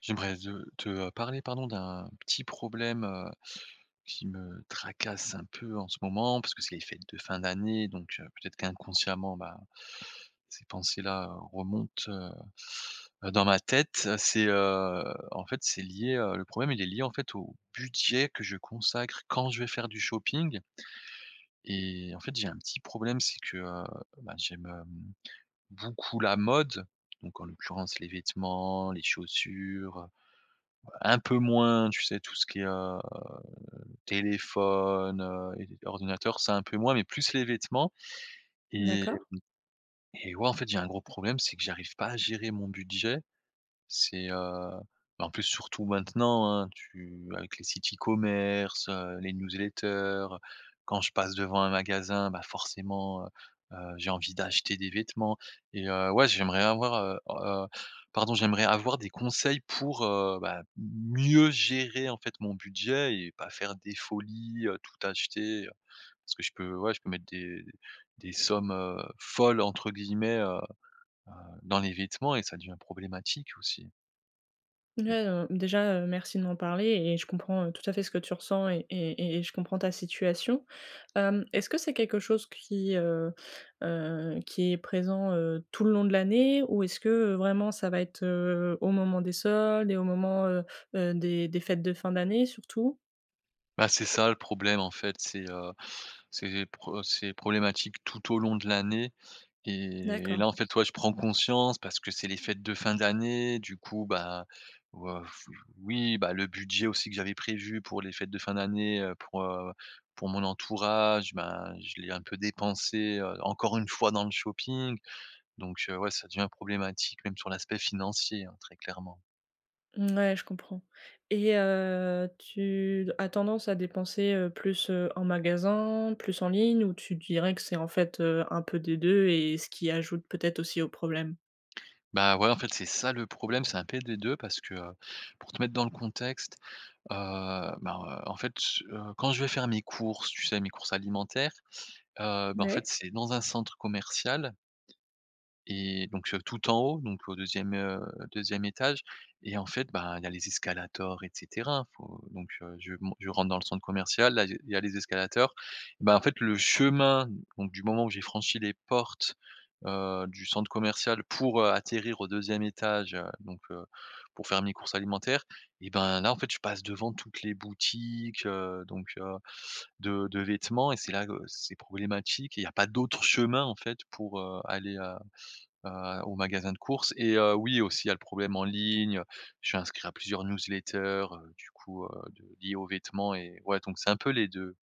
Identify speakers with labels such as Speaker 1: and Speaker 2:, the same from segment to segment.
Speaker 1: J'aimerais de te, parler pardon, d'un petit problème, qui me tracasse un peu en ce moment parce que c'est les fêtes de fin d'année, donc peut-être qu'inconsciemment, bah, ces pensées-là, remontent dans ma tête. C'est, en fait, c'est lié, le problème il est lié en fait au budget que je consacre quand je vais faire du shopping. Et en fait, j'ai un petit problème, c'est que, bah, j'aime beaucoup la mode, donc en l'occurrence les vêtements, les chaussures, un peu moins, tu sais. Tout ce qui est, téléphone, et ordinateur, ça un peu moins, mais plus les vêtements. et
Speaker 2: D'accord.
Speaker 1: et ouais, en fait, j'ai un gros problème, c'est que j'arrive pas à gérer mon budget. C'est, bah, en plus surtout maintenant, hein, tu avec les sites e-commerce, les newsletters, quand je passe devant un magasin, bah, forcément, j'ai envie d'acheter des vêtements. Et ouais, j'aimerais avoir, pardon, j'aimerais avoir des conseils pour, bah, mieux gérer, en fait, mon budget et pas faire des folies, tout acheter, parce que je peux ouais, je peux mettre des sommes, «folles» entre guillemets, dans les vêtements, et ça devient problématique aussi.
Speaker 2: Ouais, déjà, merci de m'en parler et je comprends, tout à fait ce que tu ressens et je comprends ta situation. Est-ce que c'est quelque chose qui est présent, tout le long de l'année? Ou est-ce que, vraiment ça va être, au moment des soldes et au moment, des fêtes de fin d'année surtout?
Speaker 1: Bah, c'est ça le problème en fait, c'est pro c'est problématique tout au long de l'année. Et
Speaker 2: D'accord.
Speaker 1: là en fait, toi je prends conscience parce que c'est les fêtes de fin d'année, du coup, bah, ouah, oui, bah, le budget aussi que j'avais prévu pour les fêtes de fin d'année, pour mon entourage, bah je l'ai un peu dépensé, encore une fois dans le shopping. Donc ouais, ça devient problématique même sur l'aspect financier, hein, très clairement.
Speaker 2: Ouais, je comprends et tu as tendance à dépenser, plus, en magasin, plus en ligne ou tu dirais que c'est en fait, un peu des 2 et ce qui ajoute peut-être aussi au problème?
Speaker 1: Bah, ouais, en fait, c'est ça le problème, c'est un peu des 2 parce que, pour te mettre dans le contexte, en fait, quand je vais faire mes courses, tu sais, mes courses alimentaires, ben, en fait,
Speaker 2: Ouais.
Speaker 1: c'est dans un centre commercial, et donc, tout en haut, donc au deuxième e étage. Et en fait, bah, il y a les escalators, et cetera. Faut donc je rentre dans le centre commercial, là, il y a les escalators. Bah, en fait, le chemin, donc du moment où j'ai franchi les portes, du centre commercial pour, atterrir au deuxième étage, pour faire mes courses alimentaires, et ben, là, en fait, je passe devant toutes les boutiques, de vêtements, et c'est là que c'est problématique, et il y a pas d'autre chemin, en fait, pour, aller, au magasin de courses. Et oui aussi il y a le problème en ligne, je suis inscrit à plusieurs newsletters, de liées aux vêtements, et ouais donc c'est un peu les deux.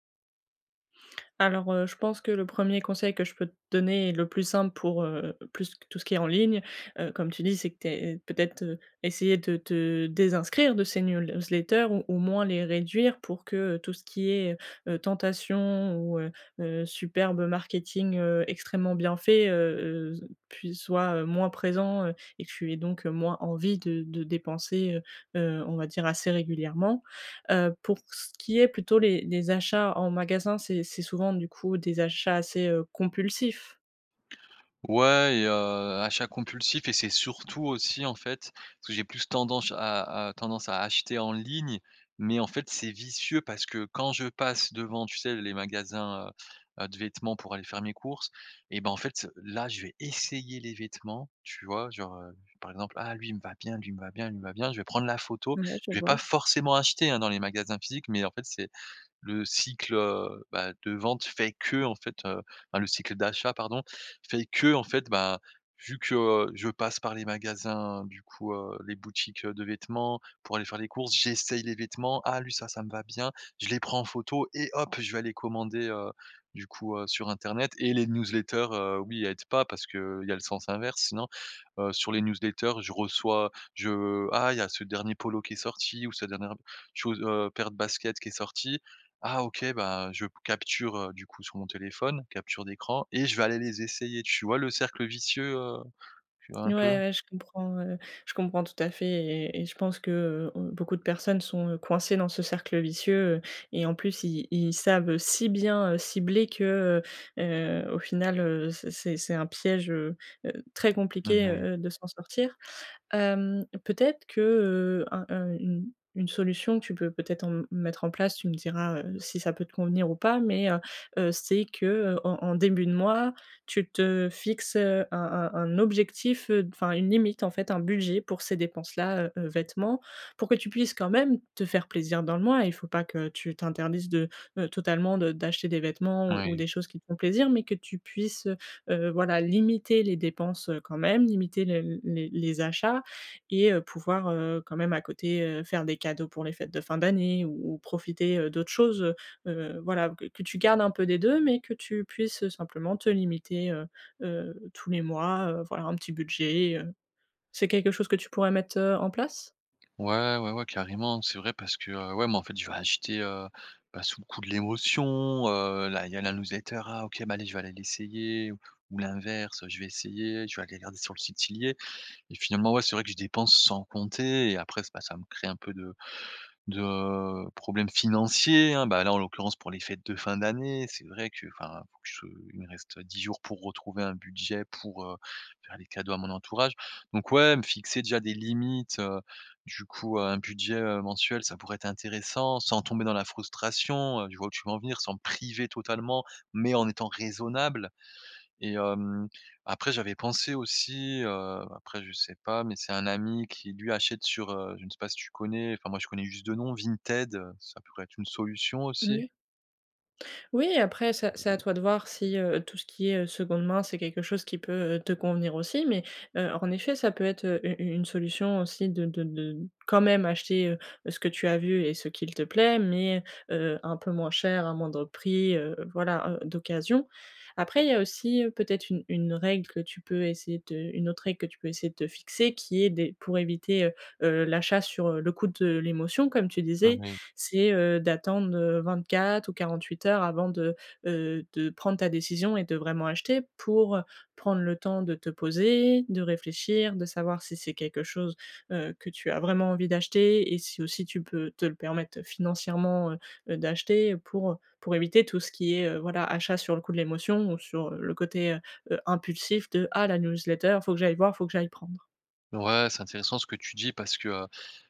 Speaker 2: Alors, je pense que le premier conseil que je peux te donner est le plus simple pour, plus que tout ce qui est en ligne, comme tu dis, c'est que tu peut-être, essayer de te désinscrire de ces newsletters ou au moins les réduire pour que, tout ce qui est, tentation ou, superbe marketing, extrêmement bien fait, z soit, moins présent, et que tu aies donc, moins envie de dépenser, on va dire assez régulièrement. Pour ce qui est plutôt les achats en magasin, c'est souvent du coup des achats assez, compulsifs.
Speaker 1: Ouais, et achat compulsif, et c'est surtout aussi, en fait, parce que j'ai plus tendance à acheter en ligne, mais en fait, c'est vicieux parce que quand je passe devant, tu sais, les magasins, de vêtements pour aller faire mes courses, et ben, en fait, là, je vais essayer les vêtements, tu vois? Genre, par exemple: «Ah, lui, il me va bien, lui, il me va bien, lui, il me va bien». Je vais prendre la photo.
Speaker 2: Ouais, je
Speaker 1: Je vais
Speaker 2: vois.
Speaker 1: pas forcément acheter, hein, dans les magasins physiques, mais en fait, c'est le cycle, bah, de vente fait que, en fait, enfin, le cycle d'achat pardon, fait que, en fait, bah, vu que, je passe par les magasins, du coup, les boutiques de vêtements pour aller faire les courses, j'essaye les vêtements. Ah lui, ça me va bien, je les prends en photo et hop, je vais aller commander, sur internet, et les newsletters, oui, aident pas parce qu'il y a le sens inverse sinon, sur les newsletters, je reçois je ah, il y a ce dernier polo qui est sorti ou cette dernière chose, paire de baskets qui est sortie. Ah OK, bah, je capture, du coup sur mon téléphone, capture d'écran, et je vais aller les essayer. Tu vois le cercle vicieux, tu vois un
Speaker 2: Ouais,
Speaker 1: peu?
Speaker 2: ouais, je comprends tout à fait et je pense que, on beaucoup de personnes sont, coincées dans ce cercle vicieux, et en plus ils savent, si bien, cibler que, heu au final, c'est un piège, très compliqué,
Speaker 1: Moui,
Speaker 2: de s'en sortir. Peut-être que, un une solution que tu peux peut-être en mettre en place, tu me diras, si ça peut te convenir ou pas, mais c'est que, en en début de mois, tu te fixes, un objectif, enfin une limite en fait, un budget pour ces dépenses-là, vêtements, pour que tu puisses quand même te faire plaisir dans le mois. Il faut pas que tu t'interdises de, totalement de d'acheter des vêtements ou
Speaker 1: oui.
Speaker 2: des choses qui te font plaisir, mais que tu puisses, voilà limiter les dépenses, quand même, limiter le les achats et pouvoir, quand même à côté, faire des cadeaux pour les fêtes de fin d'année ou profiter, d'autres choses, voilà, que tu gardes un peu des 2, mais que tu puisses, simplement te limiter, tous les mois, voilà, un petit budget, C'est quelque chose que tu pourrais mettre, en place?
Speaker 1: Ouais, ouais, ouais, carrément. C'est vrai parce que, ouais, moi, en fait, je vais acheter, bah, sous le coup de l'émotion, là, il y a la newsletter. Ah OK, bah, allez, je vais aller l'essayer, ou l'inverse, je vais essayer, je vais aller regarder sur le site s'il y est. Et finalement, ouais, c'est vrai que je dépense sans compter, et après, bah, ça me crée un peu de problèmes financiers, hein. Bah, là, en l'occurrence, pour les fêtes de fin d'année, c'est vrai que, enfin, faut que je il me reste 10 jours pour retrouver un budget pour, faire les cadeaux à mon entourage. Donc ouais, me fixer déjà des limites, un budget, mensuel, ça pourrait être intéressant, sans tomber dans la frustration, je vois où tu veux en venir, sans me priver totalement, mais en étant raisonnable. Et après j'avais pensé aussi, après je sais pas, mais c'est un ami qui lui achète sur, je ne sais pas si tu connais, enfin moi je connais juste de nom, Vinted, ça pourrait être une solution aussi.
Speaker 2: Mmh. Oui, après, c'est à toi de voir si, tout ce qui est, seconde main, c'est quelque chose qui peut, te convenir aussi. Mais, en effet, ça peut être, u une solution aussi de quand même acheter, ce que tu as vu et ce qu'il te plaît, mais, un peu moins cher, à moindre prix, voilà, d'occasion. Après, il y a aussi, peut-être une règle que tu peux essayer de une autre règle que tu peux essayer de te fixer qui est des pour éviter, l'achat sur, le coup de l'émotion, comme tu
Speaker 1: Mmh
Speaker 2: disais,
Speaker 1: mh.
Speaker 2: c'est, d'attendre, 24 ou 48 heures avant de prendre ta décision et de vraiment acheter pour, prendre le temps de te poser, de réfléchir, de savoir si c'est quelque chose, que tu as vraiment envie d'acheter et si aussi tu peux te le permettre financièrement, d'acheter pour éviter tout ce qui est, voilà, achat sur le coup de l'émotion ou sur, le côté, impulsif de: «Ah la newsletter, faut que j'aille voir, faut que j'aille prendre».
Speaker 1: Ouais, c'est intéressant ce que tu dis parce que,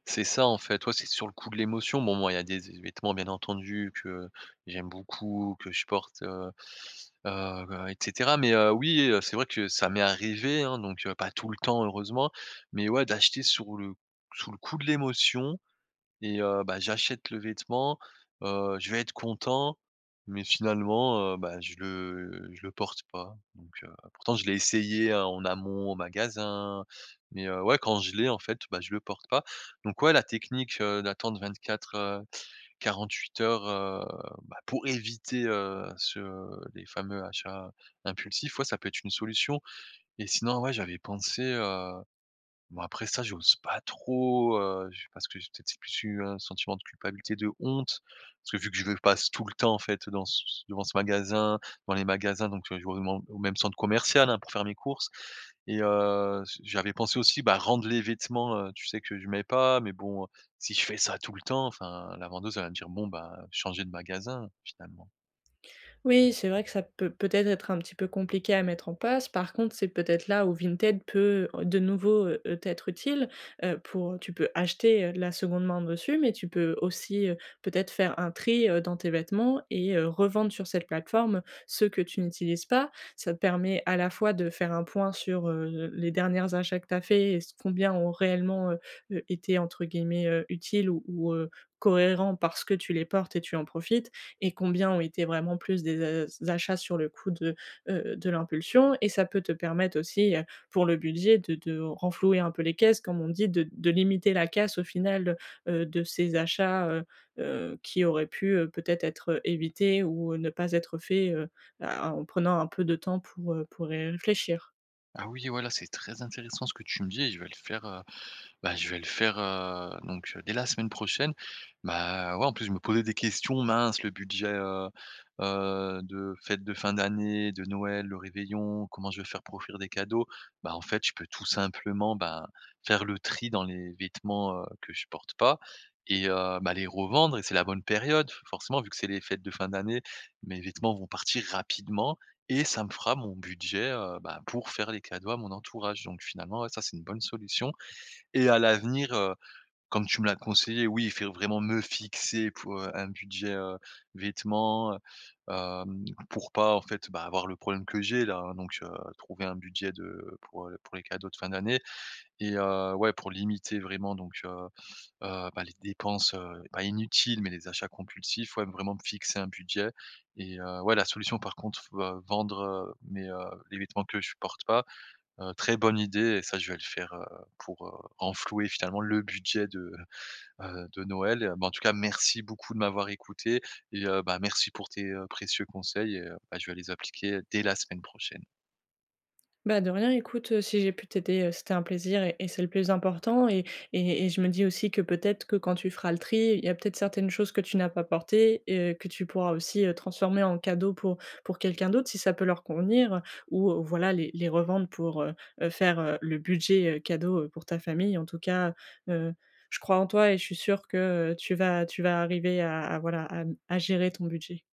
Speaker 1: c'est ça en fait. Toi, c'est sur le coup de l'émotion. Bon moi il y a des vêtements bien entendu que j'aime beaucoup, que je porte, et cetera. Mais, oui, c'est vrai que ça m'est arrivé, hein, donc, pas tout le temps heureusement, mais ouais d'acheter sur le sous le coup de l'émotion. Et bah, j'achète le vêtement, je vais être content, mais finalement, bah, je le porte pas. Donc pourtant je l'ai essayé, hein, en amont, au magasin, mais ouais, quand je l'ai, en fait, bah, je le porte pas. Donc ouais, la technique, d'attendre 24, 48 heures, bah, pour éviter, ce les fameux achats impulsifs, ouais, ça peut être une solution. Et sinon, ouais, j'avais pensé. Bon après ça, j'ose pas trop, j parce que j'ai peut-être c'est plus eu un sentiment de culpabilité, de honte, parce que vu que je passe tout le temps en fait dans ce devant ce magasin, dans les magasins, donc je vais au men au même centre commercial, hein, pour faire mes courses. Et j'avais pensé aussi, bah, rendre les vêtements, tu sais, que je mets pas, mais bon, si je fais ça tout le temps, enfin la vendeuse elle va me dire: «Bon, bah, changer de magasin, finalement».
Speaker 2: Oui, c'est vrai que ça peut peut-être être un petit peu compliqué à mettre en place. Par contre, c'est peut-être là où Vinted peut de nouveau, t'être utile, pour tu peux acheter, de la seconde main dessus, mais tu peux aussi, peut-être faire un tri, dans tes vêtements et revendre sur cette plateforme ceux que tu n'utilises pas. Ça te permet à la fois de faire un point sur, les dernières achats que tu as fait et ce combien ont réellement, été entre guillemets, «utiles» ou, cohérents parce que tu les portes et tu en profites et combien ont été vraiment plus des as achats sur le coup de l'impulsion et ça peut te permettre aussi, pour le budget de renflouer un peu les caisses comme on dit, de limiter la casse au final, de ces achats, qui auraient pu, peut-être être, évités ou ne pas être faits, à en prenant un peu de temps pour y réfléchir.
Speaker 1: Ah oui, voilà, c'est très intéressant ce que tu me dis, et je vais le faire. Je vais le faire, dès la semaine prochaine. Bah, ouais, en plus, je me posais des questions: «Mince, le budget, de fêtes de fin d'année, de Noël, le réveillon, comment je vais faire pour offrir des cadeaux?» Bah, en fait, je peux tout simplement, bah, faire le tri dans les vêtements, que je porte pas, et bah, les revendre, et c'est la bonne période. Forcément, vu que c'est les fêtes de fin d'année, mes vêtements vont partir rapidement, et ça me fera mon budget, bah, pour faire les cadeaux à mon entourage. Donc finalement, ouais, ça, c'est une bonne solution. Et à l'avenir, comme tu me l'as conseillé, oui, il faut vraiment me fixer pour, un budget, vêtements, pour pas, en fait, bah, avoir le problème que j'ai là, hein. Donc trouver un budget de pour les cadeaux de fin d'année, et ouais, pour limiter vraiment, donc bah, les dépenses, pas inutiles, mais les achats compulsifs, ouais, vraiment me fixer un budget. Et ouais, la solution par contre, faut vendre, les vêtements que je porte pas. Très bonne idée, et ça je vais le faire, pour, renflouer finalement le budget de Noël. Bah, en tout cas merci beaucoup de m'avoir écouté, et bah, merci pour tes, précieux conseils, et bah, je vais les appliquer dès la semaine prochaine.
Speaker 2: Bah, de rien, écoute, si j'ai pu t'aider, c'était un plaisir et c'est le plus important et je me dis aussi que peut-être que quand tu feras le tri, il y a peut-être certaines choses que tu n'as pas portées et que tu pourras aussi, transformer en cadeau pour quelqu'un d'autre si ça peut leur convenir, ou voilà les revendre pour, faire, le budget, cadeau, pour ta famille. En tout cas, heu, je crois en toi et je suis sûre que, tu vas arriver à voilà à gérer ton budget.